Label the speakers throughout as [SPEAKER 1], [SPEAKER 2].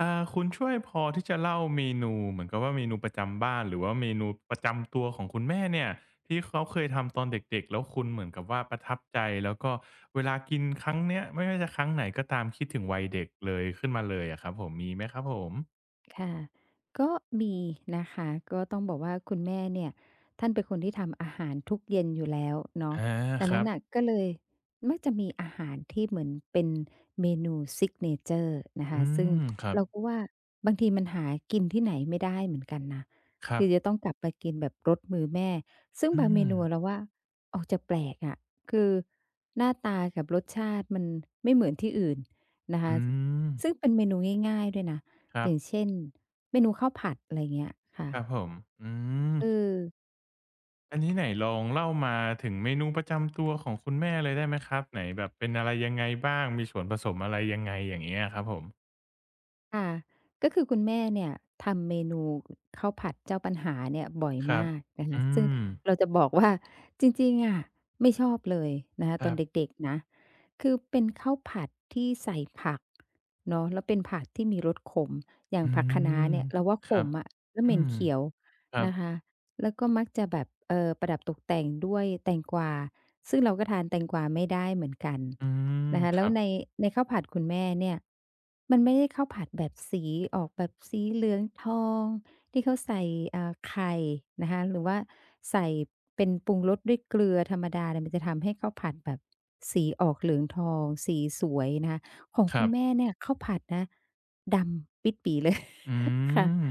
[SPEAKER 1] อ่าคุณช่วยพอที่จะเล่าเมนูเหมือนกับว่าเมนูประจำบ้านหรือว่าเมนูประจำตัวของคุณแม่เนี่ยที่เขาเคยทำตอนเด็กๆแล้วคุณเหมือนกับว่าประทับใจแล้วก็เวลากินครั้งเนี้ยไม่ว่าจะครั้งไหนก็ตามคิดถึงวัยเด็กเลยขึ้นมาเลยอะครับผมมีไหมครับผม
[SPEAKER 2] ค่ะก็มีนะคะก็ต้องบอกว่าคุณแม่เนี่ยท่านเป็นคนที่ทำอาหารทุกเย็นอยู่แล้วเนาะ
[SPEAKER 1] อา
[SPEAKER 2] ดัง
[SPEAKER 1] ค
[SPEAKER 2] นั้
[SPEAKER 1] รั
[SPEAKER 2] น
[SPEAKER 1] บ
[SPEAKER 2] น่ะก็เลยมักจะมีอาหารที่เหมือนเป็นเมนูซิกเนเจอร์นะ
[SPEAKER 1] อื
[SPEAKER 2] คะซึ่ง
[SPEAKER 1] มครับ
[SPEAKER 2] เราก็ว่าบางทีมันหากินที่ไหนไม่ได้เหมือนกันนะ
[SPEAKER 1] ครั
[SPEAKER 2] คือจะ
[SPEAKER 1] บ
[SPEAKER 2] ต้องกลับไปกินแบบรสมือแม่ซึ่ง
[SPEAKER 1] อื
[SPEAKER 2] บางเม
[SPEAKER 1] ม
[SPEAKER 2] นูเราว่าออกจะแปลกอะคือหน้าตากับรสชาติมันไม่เหมือนที่อื่นนะคะ
[SPEAKER 1] อืม
[SPEAKER 2] ซึ่งเป็นเมนูง่ายๆด้วยนะ
[SPEAKER 1] ครั
[SPEAKER 2] อ
[SPEAKER 1] บ
[SPEAKER 2] ย่างเช่นเมนูข้าวผัดอะไรเงี้ยค่ะ
[SPEAKER 1] ครับผมอืม
[SPEAKER 2] เออ
[SPEAKER 1] อันนี้ไหนลองเล่ามาถึงเมนูประจำตัวของคุณแม่เลยได้ไหมครับไหนแบบเป็นอะไรยังไงบ้างมีส่วนผสมอะไรยังไงอย่างเงี้ยครับผม
[SPEAKER 2] ค่ะก็คือคุณแม่เนี่ยทำเมนูข้าวผัดเจ้าปัญหาเนี่ยบ่อย
[SPEAKER 1] ครับ
[SPEAKER 2] มากนะคะ
[SPEAKER 1] อื
[SPEAKER 2] ซึ่ง
[SPEAKER 1] ม
[SPEAKER 2] เราจะบอกว่าจริงๆอะไม่ชอบเลยนะคะ
[SPEAKER 1] ค
[SPEAKER 2] ต
[SPEAKER 1] รั
[SPEAKER 2] อนเ
[SPEAKER 1] บ
[SPEAKER 2] ด็กๆนะคือเป็นข้าวผัดที่ใส่ผักเนาะแล้วเป็นผักที่มีรสขมอย่า
[SPEAKER 1] อื
[SPEAKER 2] งผักคะน้า
[SPEAKER 1] ม
[SPEAKER 2] เนี่ยเราว่า
[SPEAKER 1] ค
[SPEAKER 2] ข
[SPEAKER 1] รับ
[SPEAKER 2] มอะแล้ว
[SPEAKER 1] อื
[SPEAKER 2] เหม็น
[SPEAKER 1] ม
[SPEAKER 2] เขียว
[SPEAKER 1] ครั
[SPEAKER 2] นะ
[SPEAKER 1] บ
[SPEAKER 2] คะแล้วก็มักจะแบบประดับตกแต่งด้วยแตงกวาซึ่งเราก็ทานแตงกวาไม่ได้เหมือนกัน
[SPEAKER 1] อืม
[SPEAKER 2] นะคะ
[SPEAKER 1] ค
[SPEAKER 2] แล้
[SPEAKER 1] รั
[SPEAKER 2] ว
[SPEAKER 1] บ
[SPEAKER 2] ในข้าวผัดคุณแม่เนี่ยมันไม่ได้ข้าวผัดแบบสีออกแบบสีเหลืองทองที่เขาใส่ไข่นะคะหรือว่าใส่เป็นปรุงรสด้วยเกลือธรรมดาเนี่ยมันจะทำให้ข้าวผัดแบบสีออกเหลืองทองสีสวยนะคะของ
[SPEAKER 1] ค
[SPEAKER 2] คุ
[SPEAKER 1] รั
[SPEAKER 2] ณแม่
[SPEAKER 1] บ
[SPEAKER 2] เนี่ยข้าวผัดนะดำปิดปี่เลย
[SPEAKER 1] อื
[SPEAKER 2] ค่ะ
[SPEAKER 1] ม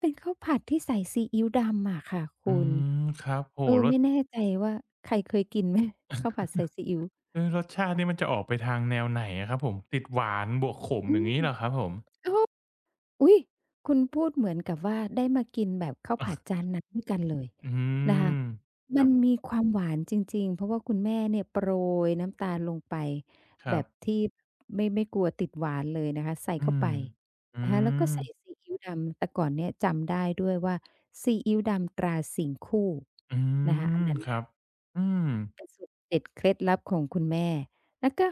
[SPEAKER 2] เป็นข้าวผัดที่ใส่ซีอิ๊วดำอะค่ะ
[SPEAKER 1] อื
[SPEAKER 2] คุณ
[SPEAKER 1] มครับโอ้
[SPEAKER 2] เออ
[SPEAKER 1] โรส
[SPEAKER 2] ไม่แน่ใจว่าใครเคยกินไหมข้าวผัดใส่ซีอิ๊ว
[SPEAKER 1] เอ๊ะรสชาตินี่มันจะออกไปทางแนวไหนอะครับผมติดหวานบวกขม
[SPEAKER 2] อื
[SPEAKER 1] อย่างงี้
[SPEAKER 2] ม
[SPEAKER 1] เหรอครับผม
[SPEAKER 2] อุ๊ยคุณพูดเหมือนกับว่าได้มากินแบบข้าวผัดจานนั้นด้วยกันเลย
[SPEAKER 1] อื
[SPEAKER 2] นะคะ
[SPEAKER 1] มค
[SPEAKER 2] มั
[SPEAKER 1] รับ
[SPEAKER 2] นมีความหวานจริงๆ เพราะว่าคุณแม่เนี่ยโปรยน้ำตาลลงไป
[SPEAKER 1] ค
[SPEAKER 2] แบ
[SPEAKER 1] รับ
[SPEAKER 2] บที่ไม่กลัวติดหวานเลยนะคะใส่
[SPEAKER 1] อื
[SPEAKER 2] เข้า
[SPEAKER 1] ม
[SPEAKER 2] ไป
[SPEAKER 1] อื
[SPEAKER 2] นะคะแล้วก็
[SPEAKER 1] ม
[SPEAKER 2] ใส่ซีอิ๊วดำแต่ก่อนเนี่ยจำได้ด้วยว่าซีอิ๊วดำตราสิงห์คู่
[SPEAKER 1] อื
[SPEAKER 2] นะคะอัน
[SPEAKER 1] ม
[SPEAKER 2] นั้น
[SPEAKER 1] ครับอืม
[SPEAKER 2] เด็ดเคล็ดลับของคุณแม่ แล้วก็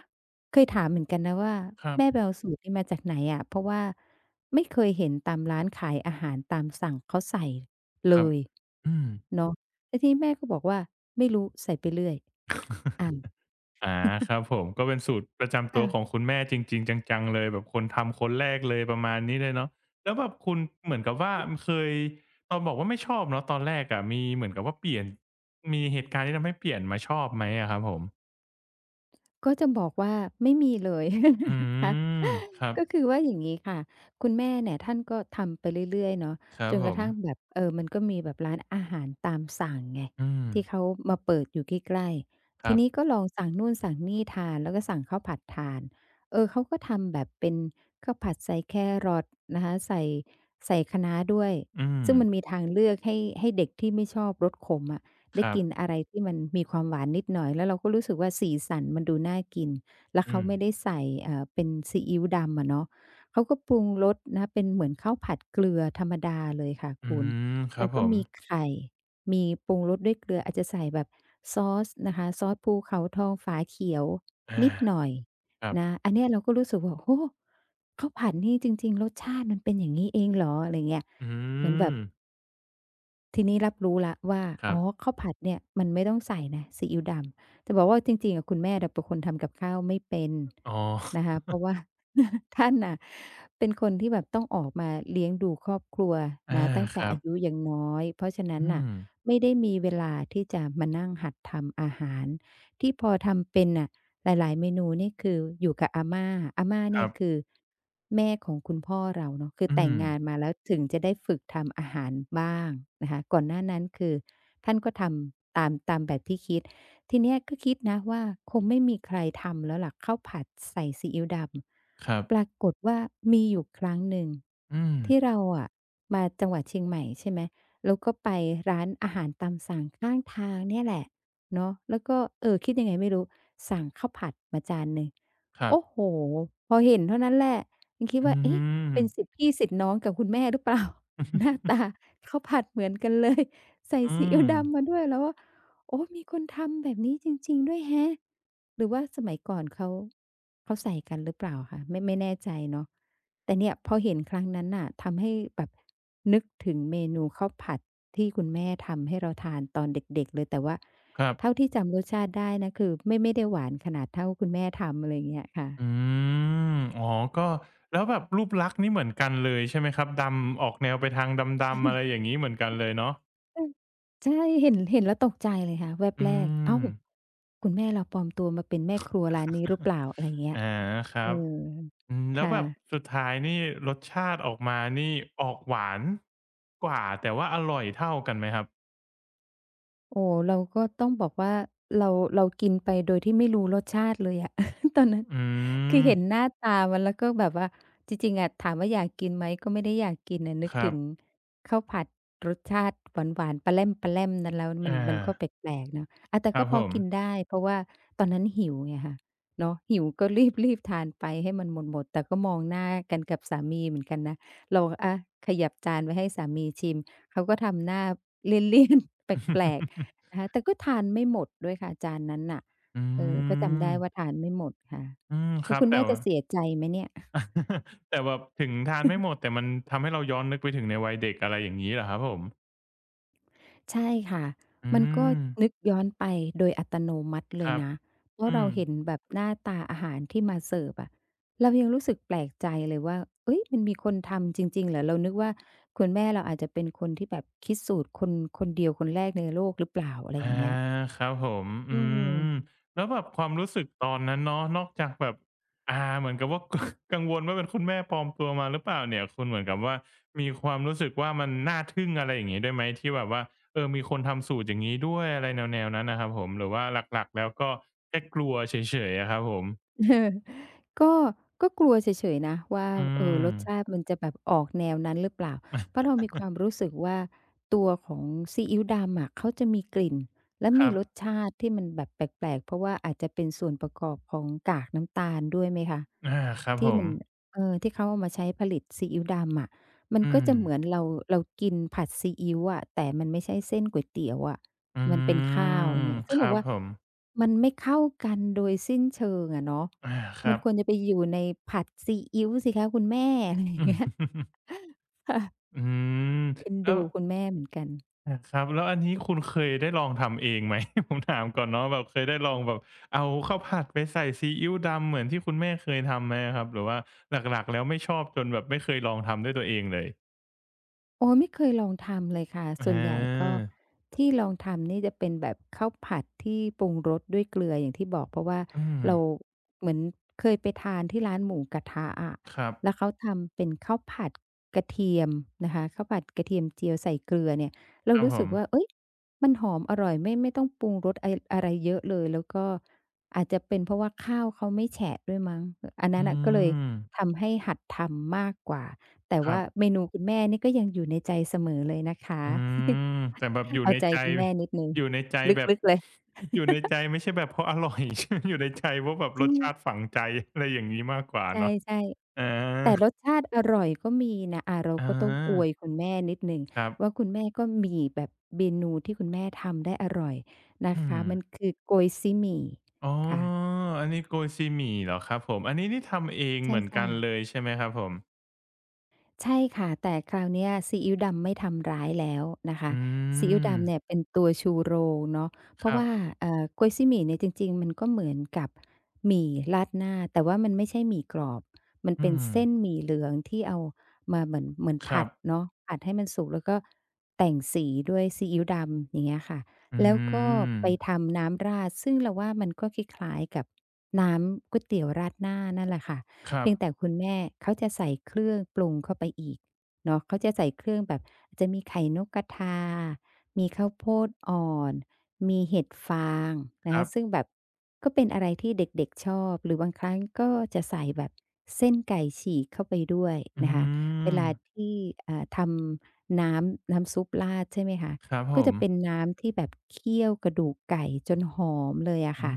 [SPEAKER 2] เคยถามเหมือนกันนะว่า
[SPEAKER 1] ครับ
[SPEAKER 2] แม่ไปเอาสูตรนี้มาจากไหนอะเพราะว่าไม่เคยเห็นตามร้านขายอาหารตามสั่งเขาใส่เล
[SPEAKER 1] ครับ
[SPEAKER 2] ย
[SPEAKER 1] อืม
[SPEAKER 2] เนาะแล้วทีนี้แม่ก็บอกว่าไม่รู้ใส่ไปเรื่อยอ้าว
[SPEAKER 1] อาครับผมก็เป็นสูตรประจำตั
[SPEAKER 2] ค่ะ
[SPEAKER 1] วของคุณแม่จริงๆจังๆเลยแบบคนทำคนแรกเลยประมาณนี้เลยเนาะแล้วแบบคุณเหมือนกับว่าเคยตอนบอกว่าไม่ชอบเนาะตอนแรกอะะมีเหมือนกับว่าเปลี่ยนมีเหตุการณ์ที่ทำให้เปลี่ยนมาชอบไหมอะครับผม
[SPEAKER 2] ก็จะบอกว่าไม่มีเลย
[SPEAKER 1] อื
[SPEAKER 2] นะคะ
[SPEAKER 1] มครั
[SPEAKER 2] ก็
[SPEAKER 1] บ
[SPEAKER 2] คือว่าอย่างนี้ค่ะคุณแม่เนี่ยท่านก็ทำไปเรื่อยๆเนาะ
[SPEAKER 1] ครั
[SPEAKER 2] จ
[SPEAKER 1] บ
[SPEAKER 2] น
[SPEAKER 1] ผ
[SPEAKER 2] กระ
[SPEAKER 1] ม
[SPEAKER 2] ทั่งแบบเออมันก็มีแบบร้านอาหารตามสั่งไง
[SPEAKER 1] อืม
[SPEAKER 2] ที่เขามาเปิดอยู่ใกล้
[SPEAKER 1] ค
[SPEAKER 2] ๆที
[SPEAKER 1] รับ
[SPEAKER 2] นี้ก็ลองสั่งนู่นสั่งนี่ทานแล้วก็สั่งข้าวผัดทานเออเขาก็ทำแบบเป็นข้าวผัดใส่แครอทนะคะใส่คะน้าด้วย
[SPEAKER 1] อืม
[SPEAKER 2] ซึ่งมันมีทางเลือกให้เด็กที่ไม่ชอบรสขมอะ
[SPEAKER 1] ค
[SPEAKER 2] ได้
[SPEAKER 1] รับ
[SPEAKER 2] กินอะไรที่มันมีความหวานนิดหน่อยแล้วเราก็รู้สึกว่าสีสันมันดูน่ากินแล้ว
[SPEAKER 1] อื
[SPEAKER 2] เขา
[SPEAKER 1] ม
[SPEAKER 2] ไม่ได้ใส่เป็นซีอิ๊วดำอะเนาะเขาก็ปรุงรสนะเป็นเหมือนข้าวผัดเกลือธรรมดาเลยค่ะ
[SPEAKER 1] อื
[SPEAKER 2] คุณ
[SPEAKER 1] มครั
[SPEAKER 2] มั
[SPEAKER 1] บ
[SPEAKER 2] น
[SPEAKER 1] ผ
[SPEAKER 2] ก็
[SPEAKER 1] ม
[SPEAKER 2] มีไข่มีปรุงรสด้วยเกลืออาจจะใส่แบบซอสนะคะซอสภูเขาทองฝาเขียวนิดห
[SPEAKER 1] อา
[SPEAKER 2] น่อย
[SPEAKER 1] ครั
[SPEAKER 2] นะ
[SPEAKER 1] บ
[SPEAKER 2] อันเนี้ยเราก็รู้สึกว่าโอ้โฮข้าวผัดนี่จริงๆรสชาติมันเป็นอย่างงี้เองเหรออะไรเงี้ย
[SPEAKER 1] อื
[SPEAKER 2] เหมือนแบบ
[SPEAKER 1] ม
[SPEAKER 2] ทีนี้รับรู้แล้วว่า
[SPEAKER 1] ครั
[SPEAKER 2] อ๋อ
[SPEAKER 1] บ
[SPEAKER 2] ข้าวผัดเนี่ยมันไม่ต้องใส่นะซีอิ๊วดำจะบอกว่าจริงๆอะคุณแม่น่ะเป็นคนทำกับข้าวไม่เป็น
[SPEAKER 1] อ๋อ
[SPEAKER 2] นะคะเพราะว่า ท่านน่ะเป็นคนที่แบบต้องออกมาเลี้ยงดูครอบครัว
[SPEAKER 1] อา
[SPEAKER 2] นะตั้ง
[SPEAKER 1] ค
[SPEAKER 2] แต่
[SPEAKER 1] รับ
[SPEAKER 2] อายุยังน้อยเพราะฉะนั้น
[SPEAKER 1] อื
[SPEAKER 2] น่ะ
[SPEAKER 1] ม
[SPEAKER 2] ไม่ได้มีเวลาที่จะมานั่งหัดทำอาหารที่พอทำเป็นน่ะ หลายๆเมนูนี่คืออยู่กับอาม่าอาม่า
[SPEAKER 1] ค
[SPEAKER 2] เนี่
[SPEAKER 1] รั
[SPEAKER 2] ยคื
[SPEAKER 1] บ
[SPEAKER 2] อแม่ของคุณพ่อเราเนาะคือ
[SPEAKER 1] อื
[SPEAKER 2] แต่ง
[SPEAKER 1] ม
[SPEAKER 2] งานมาแล้วถึงจะได้ฝึกทำอาหารบ้างนะคะก่อนหน้านั้นคือท่านก็ทำตามแบบที่คิดทีเนี้ยก็คิดนะว่าคงไม่มีใครทำแล้วล่ะข้าวผัดใส่ซีอิ๊วด
[SPEAKER 1] ครั
[SPEAKER 2] ำป
[SPEAKER 1] บ
[SPEAKER 2] รากฏว่ามีอยู่ครั้งหนึ่ง
[SPEAKER 1] อืม
[SPEAKER 2] ที่เราอะมาจังหวัดเชียงใหม่ใช่ไหมแล้วก็ไปร้านอาหารตามสั่งข้างทางเนี่ยแหละ เนาะแล้วก็เออคิดยังไงไม่รู้สั่งข้าวผัดมาจานหนึ่ง
[SPEAKER 1] ครั
[SPEAKER 2] โอ้
[SPEAKER 1] บ
[SPEAKER 2] โฮพอเห็นเท่านั้นแหละยังคิด
[SPEAKER 1] อื
[SPEAKER 2] ว่าเอ๊ะ
[SPEAKER 1] ม
[SPEAKER 2] เป็นสิทธิพี่สิทธิน้องกับคุณแม่หรือเปล่า หน้า ตาข้าวผัดเหมือนกันเลยใส่
[SPEAKER 1] อื
[SPEAKER 2] ซีอิ๊
[SPEAKER 1] ม
[SPEAKER 2] วดำมาด้วยเราว่าโอ้มีคนทำแบบนี้จริงๆด้วยแฮะหรือว่าสมัยก่อนเขาใส่กันหรือเปล่าคะไม่แน่ใจเนาะแต่เนี่ยพอเห็นครั้งนั้นน่ะทำให้แบบนึกถึงเมนูข้าวผัดที่คุณแม่ทำให้เราทานตอนเด็กๆเลยแต่ว่า
[SPEAKER 1] ครั
[SPEAKER 2] เท่า
[SPEAKER 1] บ
[SPEAKER 2] ที่จำรสชาติได้นะคือไม่ได้หวานขนาดเท่าคุณแม่ทำอะไรอย่างเงี้ยค่ะ
[SPEAKER 1] อืมอ๋อก็แล้วแบบรูปลักษณ์นี่เหมือนกันเลยใช่ไหมครับดำออกแนวไปทางดำๆอะไรอย่างงี้เหมือนกันเลยเนาะ
[SPEAKER 2] เออใช่เห็นแล้วตกใจเลยค่ะแวบ
[SPEAKER 1] อื
[SPEAKER 2] แรกอ้าว
[SPEAKER 1] ม
[SPEAKER 2] คุณแม่เราปลอมตัวมาเป็นแม่ครัวร้านนี้หรือเปล่าอะไรอย่างเงี้ย
[SPEAKER 1] อาค
[SPEAKER 2] เอ
[SPEAKER 1] รั
[SPEAKER 2] อ
[SPEAKER 1] บอืมแล้ว
[SPEAKER 2] ค่ะ
[SPEAKER 1] แบบสุดท้ายนี่รสชาติออกมานี่ออกหวานกว่าแต่ว่าอร่อยเท่ากันไหมครับ
[SPEAKER 2] โอ้เราก็ต้องบอกว่าเราเรากินไปโดยที่ไม่รู้รสชาติเลยอะ ตอนนั้น
[SPEAKER 1] อื
[SPEAKER 2] คือ
[SPEAKER 1] ม
[SPEAKER 2] เห็นหน้าตามันแล้วก็แบบว่าจริงๆอะถามว่าอยากกินไหมก็ไม่ได้อยากกินอะนึก
[SPEAKER 1] ครั
[SPEAKER 2] ถึง
[SPEAKER 1] บ
[SPEAKER 2] ข้าวผัดรสชาติหวานๆปลาแล้มๆนั้นแล้ว
[SPEAKER 1] อ
[SPEAKER 2] มันก็
[SPEAKER 1] า
[SPEAKER 2] แปลกๆเนาะอาแต่
[SPEAKER 1] ครั
[SPEAKER 2] ก็
[SPEAKER 1] บ
[SPEAKER 2] พ
[SPEAKER 1] ผ
[SPEAKER 2] อ
[SPEAKER 1] ม
[SPEAKER 2] กินได้เพราะว่าตอนนั้นหิวไงคะเนาะหิวก็รีบทานไปให้มันหมดแต่ก็มองหน้ากันกับสามีเหมือนกันนะเราอะขยับจานไว้ให้สามีชิมเขาก็ทำหน้าเลี่ยนๆ แปลกๆ นะคะแต่ก็ทานไม่หมดด้วยค่ะจานนั้นน่ะ
[SPEAKER 1] อื
[SPEAKER 2] เออก็จำได้ว่า
[SPEAKER 1] ม
[SPEAKER 2] ทานไม่หมดค่ะ
[SPEAKER 1] อืมค
[SPEAKER 2] แล้ว
[SPEAKER 1] รับ
[SPEAKER 2] คุณ
[SPEAKER 1] แต่
[SPEAKER 2] แม่ จะ
[SPEAKER 1] ว่า
[SPEAKER 2] เสียใจไหมเนี่ย
[SPEAKER 1] แต่แบบถึงทานไม่หม ดแต่มันทำให้เราย้อนนึกไปถึงในวัยเด็กอะไรอย่างงี้เหรอครับผม
[SPEAKER 2] ใช่ค่ะ
[SPEAKER 1] อื
[SPEAKER 2] มันก็
[SPEAKER 1] ม
[SPEAKER 2] นึกย้อนไปโดยอัตโนมัติ
[SPEAKER 1] ค
[SPEAKER 2] เลย
[SPEAKER 1] รับ
[SPEAKER 2] นะเพราะ
[SPEAKER 1] อื
[SPEAKER 2] เรา
[SPEAKER 1] ม
[SPEAKER 2] เห็นแบบหน้าตาอาหารที่มาเสิร์ฟอะเรายังรู้สึกแปลกใจเลยว่าเฮ้ยมันมีคนทำจริงๆเหรอเรานึกว่าคุณแม่เราอาจจะเป็นคนที่แบบคิดสูตรคนเดียวคนแรกในโลกหรือเปล่าอะไรอ
[SPEAKER 1] อา
[SPEAKER 2] ย่างเงี้ย
[SPEAKER 1] ครับผมอื
[SPEAKER 2] อื
[SPEAKER 1] ม
[SPEAKER 2] ม
[SPEAKER 1] แล้วแบบความรู้สึกตอนนั้นเนาะนอกจากแบบอ่าเหมือนกับว่า กกังวลว่าเป็นคุณแม่ปลอมตัวมาหรือเปล่าเนี่ยคุณเหมือนกับว่ามีความรู้สึกว่ามันน่าทึ่งอะไรอย่างงี้ด้วยไหมที่แบบว่าเออมีคนทำสูตรอย่างงี้ด้วยอะไรแนวๆนั้นน่ะครับผมหรือว่าหลักๆแล้วก็แค่กลัวเฉยๆอะครับผม
[SPEAKER 2] เออก็ก็กลัวเฉยๆนะว่า
[SPEAKER 1] อื
[SPEAKER 2] ร
[SPEAKER 1] ม
[SPEAKER 2] สชาติมันจะแบบออกแนวนั้นหรือเปล่าเพราะเรามีความรู้สึกว่าตัวของซีอิ๊วดำอะเขาจะมีกลิ่นและ
[SPEAKER 1] ค
[SPEAKER 2] มี
[SPEAKER 1] รับ
[SPEAKER 2] รสชาติที่มันแบบแปลกๆเพราะว่าอาจจะเป็นส่วนประกอบของกากน้ำตาลด้วยไหมคะ
[SPEAKER 1] อาครับผ
[SPEAKER 2] ที่
[SPEAKER 1] ม
[SPEAKER 2] มันเออที่เขาเอามาใช้ผลิตซีอิ๊วดำอะ มัน
[SPEAKER 1] อื
[SPEAKER 2] ก็
[SPEAKER 1] ม
[SPEAKER 2] จะเหมือนเรากินผัดซีอิ๊วอะแต่มันไม่ใช่เส้นก๋วยเตี๋ยวอะ
[SPEAKER 1] อื
[SPEAKER 2] มันเป็นข้าวอ
[SPEAKER 1] ม
[SPEAKER 2] ย่างเงี้ย
[SPEAKER 1] ค
[SPEAKER 2] ซึ่ง
[SPEAKER 1] รั
[SPEAKER 2] เรา
[SPEAKER 1] บ
[SPEAKER 2] ว่า
[SPEAKER 1] ผม
[SPEAKER 2] มันไม่เข้ากันโดยสิ้นเชิงอะเนาะ
[SPEAKER 1] อาค
[SPEAKER 2] มั
[SPEAKER 1] รั
[SPEAKER 2] น
[SPEAKER 1] บ
[SPEAKER 2] ควรจะไปอยู่ในผัดซีอิ๊วสิคะคุณแม่อะไรอ
[SPEAKER 1] อื
[SPEAKER 2] ย่างเงี้ย
[SPEAKER 1] ม
[SPEAKER 2] ค่ะ
[SPEAKER 1] อืม
[SPEAKER 2] เอ็น
[SPEAKER 1] แล้ว
[SPEAKER 2] ดูคุณแม่เหมือนกัน
[SPEAKER 1] อาครับแล้วอันนี้คุณเคยได้ลองทำเองไหม ผมถามก่อนเนาะแบบเคยได้ลองแบบเอาข้าวผัดไปใส่ซีอิ๊วดำเหมือนที่คุณแม่เคยทำไหมอะครับ หรือว่าหลักๆแล้วไม่ชอบจนแบบไม่เคยลองทำด้วยตัวเองเลย
[SPEAKER 2] โอ้ยไม่เคยลองทำเลยค่ะ
[SPEAKER 1] อ
[SPEAKER 2] ส่วนใหญ่ก็
[SPEAKER 1] า
[SPEAKER 2] ที่ลองทำนี่จะเป็นแบบข้าวผัดที่ปรุงรสด้วยเกลืออย่างที่บอกเพราะว่า
[SPEAKER 1] อืม
[SPEAKER 2] เราเหมือนเคยไปทานที่ร้านหมูกระทะอะ
[SPEAKER 1] ครับ
[SPEAKER 2] แล้วเขาทำเป็นข้าวผัดกระเทียมนะคะข้าวผัดกระเทียมเจียวใส่เกลือเนี่ย
[SPEAKER 1] ค
[SPEAKER 2] เรา
[SPEAKER 1] รับ
[SPEAKER 2] รู้
[SPEAKER 1] ผ
[SPEAKER 2] สึก
[SPEAKER 1] ม
[SPEAKER 2] ว่าเอ้ยมันหอมอร่อยไม่ต้องปรุงรสไออะไรเยอะเลยแล้วก็อาจจะเป็นเพราะว่าข้าวเขาไม่แฉะด้วยมั้งอันนั้น
[SPEAKER 1] อื
[SPEAKER 2] น่ะก็เลย
[SPEAKER 1] ม
[SPEAKER 2] ทำให้หัดทำมากกว่า แต่
[SPEAKER 1] ครั
[SPEAKER 2] ว่า
[SPEAKER 1] บ
[SPEAKER 2] เมนูคุณแม่นี่ก็ยังอยู่ในใจเสมอเลยนะคะ
[SPEAKER 1] อืมแต่แบบอ ยู่
[SPEAKER 2] เอา
[SPEAKER 1] ใน
[SPEAKER 2] ใจ
[SPEAKER 1] ใจ
[SPEAKER 2] คุณแม่นิดหนึ่ง
[SPEAKER 1] อยู่ในใจแบบ
[SPEAKER 2] ลึกๆเลย
[SPEAKER 1] อยู่ในใจไม่ใช่แบบเพราะอร่อย ใช่ไหมอยู่ในใจเพราะแบบรสชาติ
[SPEAKER 2] ใช
[SPEAKER 1] ฝังใจ อะไรอย่างงี้มากกว่า
[SPEAKER 2] ่
[SPEAKER 1] เนาะ
[SPEAKER 2] ใช่
[SPEAKER 1] อา
[SPEAKER 2] ๆแต่รสชาติอร่อยก็มีนะอ่ะเรา
[SPEAKER 1] อา
[SPEAKER 2] ก็ต้องอวยคุณแม่นิดหนึ่ง
[SPEAKER 1] ครั
[SPEAKER 2] ว่า
[SPEAKER 1] บ
[SPEAKER 2] คุณแม่ก็มีแบบเมนูที่คุณแม่ทำได้อร่อยนะ
[SPEAKER 1] อืม
[SPEAKER 2] คะมันคือโกยซีหมี่
[SPEAKER 1] อ๋อ
[SPEAKER 2] ค่ะ
[SPEAKER 1] อันนี้โกยซีหมี่เหรอครับผมอันนี้นี่ทำเอง
[SPEAKER 2] ใ
[SPEAKER 1] เหมือน
[SPEAKER 2] ช่
[SPEAKER 1] กันเล
[SPEAKER 2] ๆ
[SPEAKER 1] ยใช่ไหมครับผม
[SPEAKER 2] ใช่ค่ะแต่คราวเนี้ยซีอิ๊วดำไม่ทำร้ายแล้วนะคะ
[SPEAKER 1] อื
[SPEAKER 2] ซีอิ๊ว
[SPEAKER 1] ม
[SPEAKER 2] ดำเนี่ยเป็นตัวชูโรงเนาะเพ
[SPEAKER 1] ค
[SPEAKER 2] ราะ
[SPEAKER 1] รั
[SPEAKER 2] ว่า
[SPEAKER 1] บ
[SPEAKER 2] เอ่อก๊วยซี่หมี่เนี่ยจริงๆมันก็เหมือนกับหมี่ราดหน้าแต่ว่ามันไม่ใช่หมี่กรอบมัน
[SPEAKER 1] อื
[SPEAKER 2] เป็น
[SPEAKER 1] ม
[SPEAKER 2] เส้นหมี่เหลืองที่เอามาเหมือน
[SPEAKER 1] ครั
[SPEAKER 2] ผั
[SPEAKER 1] บ
[SPEAKER 2] ดเนาะผัดให้มันสุกแล้วก็แต่งสีด้วยซีอิ๊วดำอย่างเงี้ยค่ะ
[SPEAKER 1] อื
[SPEAKER 2] แล้วก็
[SPEAKER 1] ม
[SPEAKER 2] ไปทำน้ำราดซึ่งเราว่ามันก็คล้ายๆกับน้ำก๋วยเตี๋ยวราดหน้านั่นแหละค่ะ
[SPEAKER 1] ครับ
[SPEAKER 2] เพียงแต่คุณแม่เขาจะใส่เครื่องปรุงเข้าไปอีกเนาะเขาจะใส่เครื่องแบบอาจจะมีไข่นกกระทามีข้าวโพดอ่อนมีเห็ดฟาง
[SPEAKER 1] ค
[SPEAKER 2] นะ
[SPEAKER 1] รั
[SPEAKER 2] คะซึ่ง
[SPEAKER 1] บ
[SPEAKER 2] แบบก็เป็นอะไรที่เด็กๆชอบหรือบางครั้งก็จะใส่แบบเส้นไก่ฉีกเข้าไปด้วย
[SPEAKER 1] อื
[SPEAKER 2] นะคะเว
[SPEAKER 1] ม
[SPEAKER 2] ลาที่อ่าทำน้ำซุปราดใช่ไหมคะ
[SPEAKER 1] ครับผ
[SPEAKER 2] ก็
[SPEAKER 1] ม
[SPEAKER 2] จะเป็นน้ำที่แบบเคี่ยวกระดูกไก่จนหอมเลยอะ
[SPEAKER 1] อื
[SPEAKER 2] ค่ะ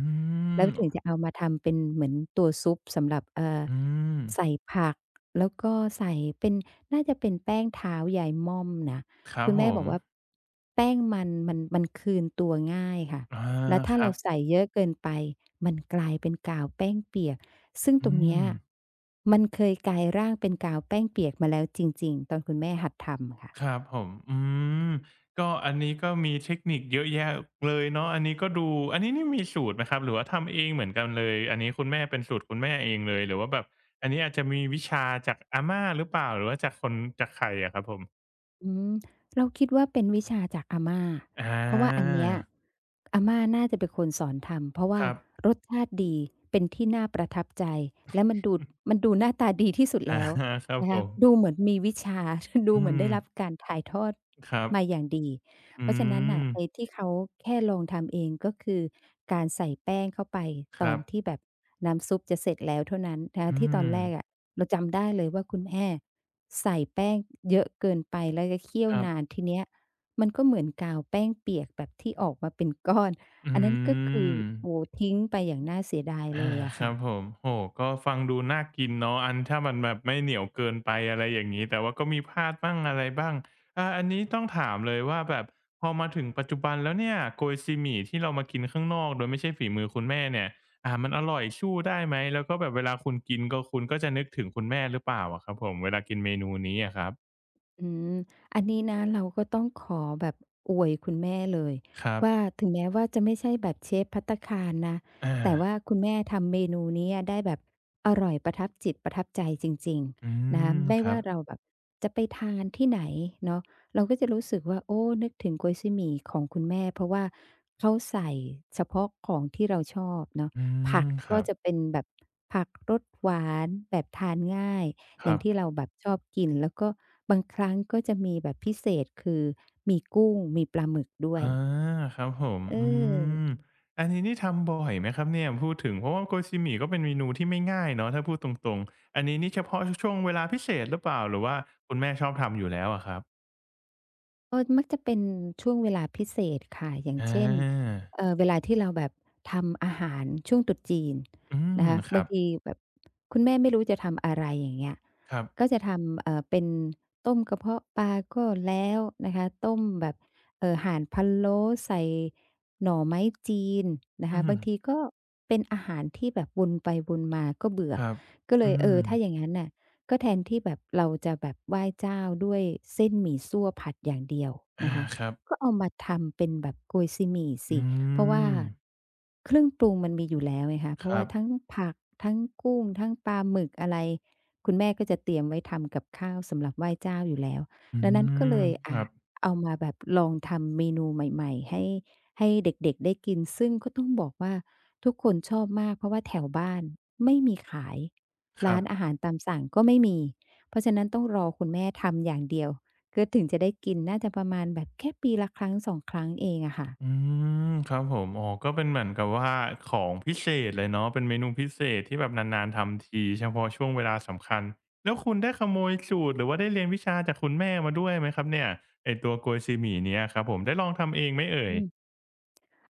[SPEAKER 2] แล้ว
[SPEAKER 1] ม
[SPEAKER 2] ถึงจะเอามาทำเป็นเหมือนตัวซุปสำหรับเอ่อ
[SPEAKER 1] อืม
[SPEAKER 2] ใส่ผักแล้วก็ใส่เป็นน่าจะเป็นแป้งเท้ายายม่อมนะ
[SPEAKER 1] ครับ
[SPEAKER 2] คุณ
[SPEAKER 1] ผ
[SPEAKER 2] แม่บ
[SPEAKER 1] ม
[SPEAKER 2] อกว่าแป้งมันคืนตัวง่ายค่ะ
[SPEAKER 1] อา
[SPEAKER 2] แล้ว
[SPEAKER 1] ค
[SPEAKER 2] ถ้า
[SPEAKER 1] รั
[SPEAKER 2] เรา
[SPEAKER 1] บ
[SPEAKER 2] ใส่เยอะเกินไปมันกลายเป็นกาวแป้งเปียกซึ่งต
[SPEAKER 1] อื
[SPEAKER 2] รงเนี้
[SPEAKER 1] ม
[SPEAKER 2] ยมันเคยกลายร่างเป็นกาวแป้งเปียกมาแล้วจริงๆตอนคุณแม่หัดทำค่ะ
[SPEAKER 1] ครับผมอืมก็อันนี้ก็มีเทคนิคเยอะแยะเลยเนาะอันนี้ก็ดู อันนี้นี่มีสูตรไหมครับ หรือว่าทำเองเหมือนกันเลยอันนี้คุณแม่เป็นสูตรคุณแม่เองเลยหรือว่าแบบอันนี้อาจจะมีวิชาจากอาม่าหรือเปล่าหรือว่าจากคนจากใครอะครับผม
[SPEAKER 2] อืมเราคิดว่าเป็นวิชาจากอาม่า
[SPEAKER 1] อา
[SPEAKER 2] เพราะว่าอันเนี้ยอาม่าน่าจะเป็นคนสอนทำเพราะ
[SPEAKER 1] ค
[SPEAKER 2] ว่า
[SPEAKER 1] รับ
[SPEAKER 2] รสชาติดีเป็นที่น่าประทับใจและมันดูมันดูหน้าตาดีที่สุด
[SPEAKER 1] อา
[SPEAKER 2] แล้ว
[SPEAKER 1] ครับ
[SPEAKER 2] นะ
[SPEAKER 1] ผ
[SPEAKER 2] คะดู
[SPEAKER 1] ม
[SPEAKER 2] เหมือนมีวิชา ดู
[SPEAKER 1] อื
[SPEAKER 2] เหมือน
[SPEAKER 1] ม
[SPEAKER 2] ได้รับการถ่ายทอด
[SPEAKER 1] ครั
[SPEAKER 2] มา
[SPEAKER 1] บ
[SPEAKER 2] อย่างดีเพ
[SPEAKER 1] อื
[SPEAKER 2] ราะฉะนั้นน่ะ
[SPEAKER 1] ม
[SPEAKER 2] ไอ้ที่เขาแค่ลองทำเองก็คือการใส่แป้งเข้าไป
[SPEAKER 1] ค
[SPEAKER 2] ตอ
[SPEAKER 1] รั
[SPEAKER 2] น
[SPEAKER 1] บ
[SPEAKER 2] ที่แบบน้ำซุปจะเสร็จแล้วเท่านั้นนะคะ
[SPEAKER 1] อื
[SPEAKER 2] ที่ตอน
[SPEAKER 1] ม
[SPEAKER 2] แรกอะเราจำได้เลยว่าคุณแม่ ใส่แป้งเยอะเกินไปแล้วก็เคี่ยว
[SPEAKER 1] ครั
[SPEAKER 2] นาน
[SPEAKER 1] บ
[SPEAKER 2] ทีเนี้ยมันก็เหมือนกาวแป้งเปียกแบบที่ออกมาเป็นก้อน
[SPEAKER 1] อื
[SPEAKER 2] อันนั้นก็คือ
[SPEAKER 1] ม
[SPEAKER 2] โอ้โฮทิ้งไปอย่างน่าเสียดายเล
[SPEAKER 1] อา
[SPEAKER 2] ยอะ
[SPEAKER 1] ครั
[SPEAKER 2] ค่ะ
[SPEAKER 1] บผมโอ้โฮก็ฟังดูน่ากินเนาะอันถ้ามันแบบไม่เหนียวเกินไปอะไรอย่างงี้แต่ว่าก็มีพลาดบ้างอะไรบ้างอาอันนี้ต้องถามเลยว่าแบบพอมาถึงปัจจุบันแล้วเนี่ยโกยซีหมี่ที่เรามากินข้างนอกโดยไม่ใช่ฝีมือคุณแม่เนี่ยมันอร่อยสู้ได้ไหมแล้วก็แบบเวลาคุณกินก็คุณก็จะนึกถึงคุณแม่หรือเปล่าอะครับผมเวลากินเมนูนี้อะครับ
[SPEAKER 2] อืมอันนี้นะเราก็ต้องขอแบบอวยคุณแม่เลย
[SPEAKER 1] ครับ
[SPEAKER 2] ว่าถึงแม้ว่าจะไม่ใช่แบบเชฟภัตตาคารนะ
[SPEAKER 1] อา
[SPEAKER 2] แต่ว่าคุณแม่ทำเมนูนี้ได้แบบอร่อยประทับจิตประทับใจจริง
[SPEAKER 1] อื
[SPEAKER 2] ๆนะคะ
[SPEAKER 1] ม
[SPEAKER 2] ไม่
[SPEAKER 1] ครั
[SPEAKER 2] ว่า
[SPEAKER 1] บ
[SPEAKER 2] เราแบบจะไปทานที่ไหนเนาะเราก็จะรู้สึกว่าโอ้นึกถึงก๊วยซี่หมี่ของคุณแม่เพราะว่าเขาใส่เฉพาะของที่เราชอบเนาะ
[SPEAKER 1] อื
[SPEAKER 2] ผั
[SPEAKER 1] ม
[SPEAKER 2] ก
[SPEAKER 1] ครั
[SPEAKER 2] ก็
[SPEAKER 1] บ
[SPEAKER 2] จะเป็นแบบผักรสหวานแบบทานง่าย
[SPEAKER 1] ค
[SPEAKER 2] อ
[SPEAKER 1] รั
[SPEAKER 2] ย่างที่
[SPEAKER 1] บ
[SPEAKER 2] เราแบบชอบกินแล้วก็บางครั้งก็จะมีแบบพิเศษคือมีกุ้งมีปลาหมึกด้วย
[SPEAKER 1] อาครับผม
[SPEAKER 2] เอ
[SPEAKER 1] อื
[SPEAKER 2] อ
[SPEAKER 1] มอันนี้นี่ทำบ่อยไหมครับเนี่ยพูดถึงเพราะว่าโกจิหมี่ก็เป็นเมนูที่ไม่ง่ายเนาะถ้าพูดตรงๆอันนี้นี่เฉพาะช่วงเวลาพิเศษหรือเปล่าหรือว่าคุณแม่ชอบทำอยู่แล้วอะครับ
[SPEAKER 2] ก็มักจะเป็นช่วงเวลาพิเศษค่ะอย่าง
[SPEAKER 1] อา
[SPEAKER 2] เช่นเวลาที่เราแบบทำอาหารช่วงตรุษจีน
[SPEAKER 1] อืม
[SPEAKER 2] นะคะ
[SPEAKER 1] ครั
[SPEAKER 2] บาง
[SPEAKER 1] บ
[SPEAKER 2] ทีแบบคุณแม่ไม่รู้จะทำอะไรอย่างเงี้ย
[SPEAKER 1] ครั
[SPEAKER 2] ก็
[SPEAKER 1] บ
[SPEAKER 2] จะทำเป็นต้มกระเพาะปลาก็แล้วนะคะต้มแบบห่านพะโล้ใส่หน่อไม้จีนนะ
[SPEAKER 1] อื
[SPEAKER 2] คะ
[SPEAKER 1] ม
[SPEAKER 2] บางทีก็เป็นอาหารที่แบบวนไปวนมาก็เบื่อ
[SPEAKER 1] ครับ
[SPEAKER 2] ก็เล
[SPEAKER 1] อื
[SPEAKER 2] ยเอ
[SPEAKER 1] ม
[SPEAKER 2] อถ้าอย่างงั้นน่ะ ก็แทนที่แบบเราจะแบบไหว้เจ้าด้วยเส้นหมี่ซั่วผัดอย่างเดียว
[SPEAKER 1] อา
[SPEAKER 2] นะคะ
[SPEAKER 1] ครั
[SPEAKER 2] ก็
[SPEAKER 1] บ
[SPEAKER 2] เอามาทำเป็นแบบโกยซีหมี่สิ
[SPEAKER 1] อื
[SPEAKER 2] เพราะว่า
[SPEAKER 1] ม
[SPEAKER 2] เครื่องปรุงมันมีอยู่แล้วไงคะเพ
[SPEAKER 1] ค
[SPEAKER 2] ราะ
[SPEAKER 1] รั
[SPEAKER 2] ว่าทั้
[SPEAKER 1] บ
[SPEAKER 2] งผักทั้งกุ้งทั้งปลาหมึกอะไรคุณแม่ก็จะเตรียมไว้ทำกับข้าวสำหรับไหว้เจ้าอยู่แล้ว
[SPEAKER 1] อื
[SPEAKER 2] ดังนั้นก็
[SPEAKER 1] ม
[SPEAKER 2] เลย
[SPEAKER 1] ค
[SPEAKER 2] อ่า
[SPEAKER 1] รับ
[SPEAKER 2] เอามาแบบลองทำเมนูใหม่ๆให้ให้เด็กๆได้กินซึ่งก็ต้องบอกว่าทุกคนชอบมากเพราะว่าแถวบ้านไม่มีขาย
[SPEAKER 1] ครั
[SPEAKER 2] ร้า
[SPEAKER 1] บ
[SPEAKER 2] นอาหารตามสั่งก็ไม่มี เพราะฉะนั้นต้องรอคุณแม่ทำอย่างเดียวก็ถึงจะได้กินน่าจะประมาณแบบแค่ปีละครั้ง2ครั้งเองอะค่ะ
[SPEAKER 1] อืมครับผมอ๋อก็เป็นเหมือนกับว่าของพิเศษเลยเนาะเป็นเมนูพิเศษที่แบบนานๆทำทีเฉพาะช่วงเวลาสำคัญแล้วคุณได้ขโมยสูตรหรือว่าได้เรียนวิชาจากคุณแม่มาด้วยไหมครับเนี่ยไอ้ตัวโกยซีหมี่เนี้ยครับผมได้ลองทำเองไหมเอ่ย
[SPEAKER 2] อืม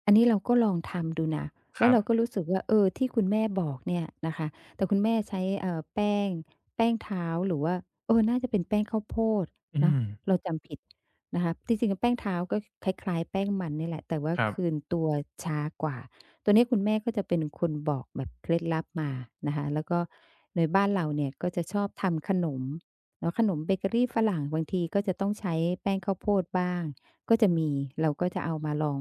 [SPEAKER 2] อันนี้เราก็ลองทำดูนะ
[SPEAKER 1] ค
[SPEAKER 2] แล้ว
[SPEAKER 1] รั
[SPEAKER 2] เราก็
[SPEAKER 1] บ
[SPEAKER 2] รู้สึกว่าเออที่คุณแม่บอกเนี่ยนะคะแต่คุณแม่ใช้แป้งแป้งเท้าหรือว่าเออน่าจะเป็นแป้งข้าวโพด
[SPEAKER 1] อื
[SPEAKER 2] เนาะ
[SPEAKER 1] ม
[SPEAKER 2] เราจำผิดนะคะจริงๆแป้งเท้าก็คล้ายๆแป้งมันนี่แหละแต่ว่า
[SPEAKER 1] ครั
[SPEAKER 2] คืน
[SPEAKER 1] บ
[SPEAKER 2] ตัวช้ากว่าตัวนี้คุณแม่ก็จะเป็นคนบอกแบบเคล็ดลับมานะคะแล้วก็ในบ้านเราเนี่ยก็จะชอบทำขนมเนาะขนมเบเกอรีฝรั่งบางทีก็จะต้องใช้แป้งข้าวโพดบ้างก็จะมีเราก็จะเอามาลอง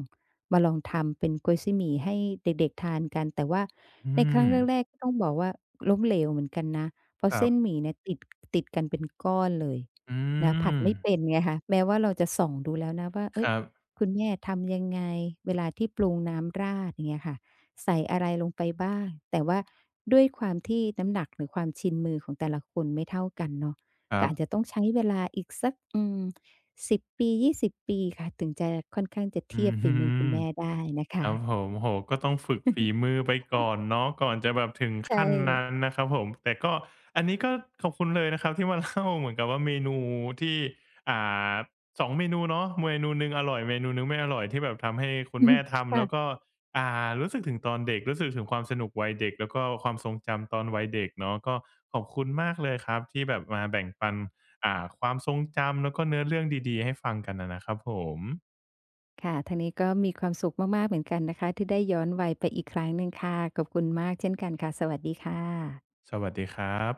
[SPEAKER 2] มาลองทำเป็นก๊วยซี่หมี่ให้เด็กๆทานกันแต่ว่า
[SPEAKER 1] อื
[SPEAKER 2] ในครั้
[SPEAKER 1] ม
[SPEAKER 2] งแรกๆก็ต้องบอกว่าล้มเหลวเหมือนกันนะเพ
[SPEAKER 1] ค
[SPEAKER 2] ราะ
[SPEAKER 1] รั
[SPEAKER 2] เส้นห
[SPEAKER 1] บ
[SPEAKER 2] มี่เนี่ยติดติดกันเป็นก้อนเลย
[SPEAKER 1] อื
[SPEAKER 2] นะผัด
[SPEAKER 1] ม
[SPEAKER 2] ไม่เป็นไงคะแม้ว่าเราจะส่องดูแล้วนะว่า
[SPEAKER 1] ค
[SPEAKER 2] เฮ้ย
[SPEAKER 1] รับ
[SPEAKER 2] คุณแม่ทำยังไงเวลาที่ปรุงน้ำราดอย่างเงี้ยค่ะใส่อะไรลงไปบ้างแต่ว่าด้วยความที่น้ำหนักหรือความชินมือของแต่ละคนไม่เท่ากันเนาะ
[SPEAKER 1] ครั
[SPEAKER 2] ก็อาจ
[SPEAKER 1] บ
[SPEAKER 2] จะต้องใช้เวลาอีกสัก10 ปี 20 ปีค่ะถึงจะค่อนข้างจะเที
[SPEAKER 1] อื
[SPEAKER 2] ยบ
[SPEAKER 1] อ
[SPEAKER 2] ฝี
[SPEAKER 1] ฮึ
[SPEAKER 2] มือคุณแม่ได้นะ
[SPEAKER 1] ค
[SPEAKER 2] คะ
[SPEAKER 1] รับผมโอ้โฮก็ต้องฝึกฝีมือไปก่อนเนาะก่อนจะแบบถึง
[SPEAKER 2] ใช่
[SPEAKER 1] ขั้นนั้นนะครับผมแต่ก็อันนี้ก็ขอบคุณเลยนะครับที่มาเล่าเหมือนกับว่าเมนูที่อ่า2เมนูเนาะเมนูหนึ่งอร่อยเมนูหนึ่งไม่อร่อยที่แบบทำให้คุณ
[SPEAKER 2] อือ
[SPEAKER 1] แม่
[SPEAKER 2] ฮึ
[SPEAKER 1] ทำ
[SPEAKER 2] ค่ะ
[SPEAKER 1] แล้วก็รู้สึกถึงตอนเด็กรู้สึกถึงความสนุกวัยเด็กแล้วก็ความทรงจำตอนวัยเด็กเนาะก็ขอบคุณมากเลยครับที่แบบมาแบ่งปันความทรงจำแล้วก็เนื้อเรื่องดีๆให้ฟังกันอะนะครับผม
[SPEAKER 2] ค่ะทางนี้ก็มีความสุขมากๆเหมือนกันนะคะที่ได้ย้อนวัยไปอีกครั้งหนึ่งค่ะขอบคุณมากเช่นกันค่ะสวัสดีค่ะ
[SPEAKER 1] สวัสดีครับ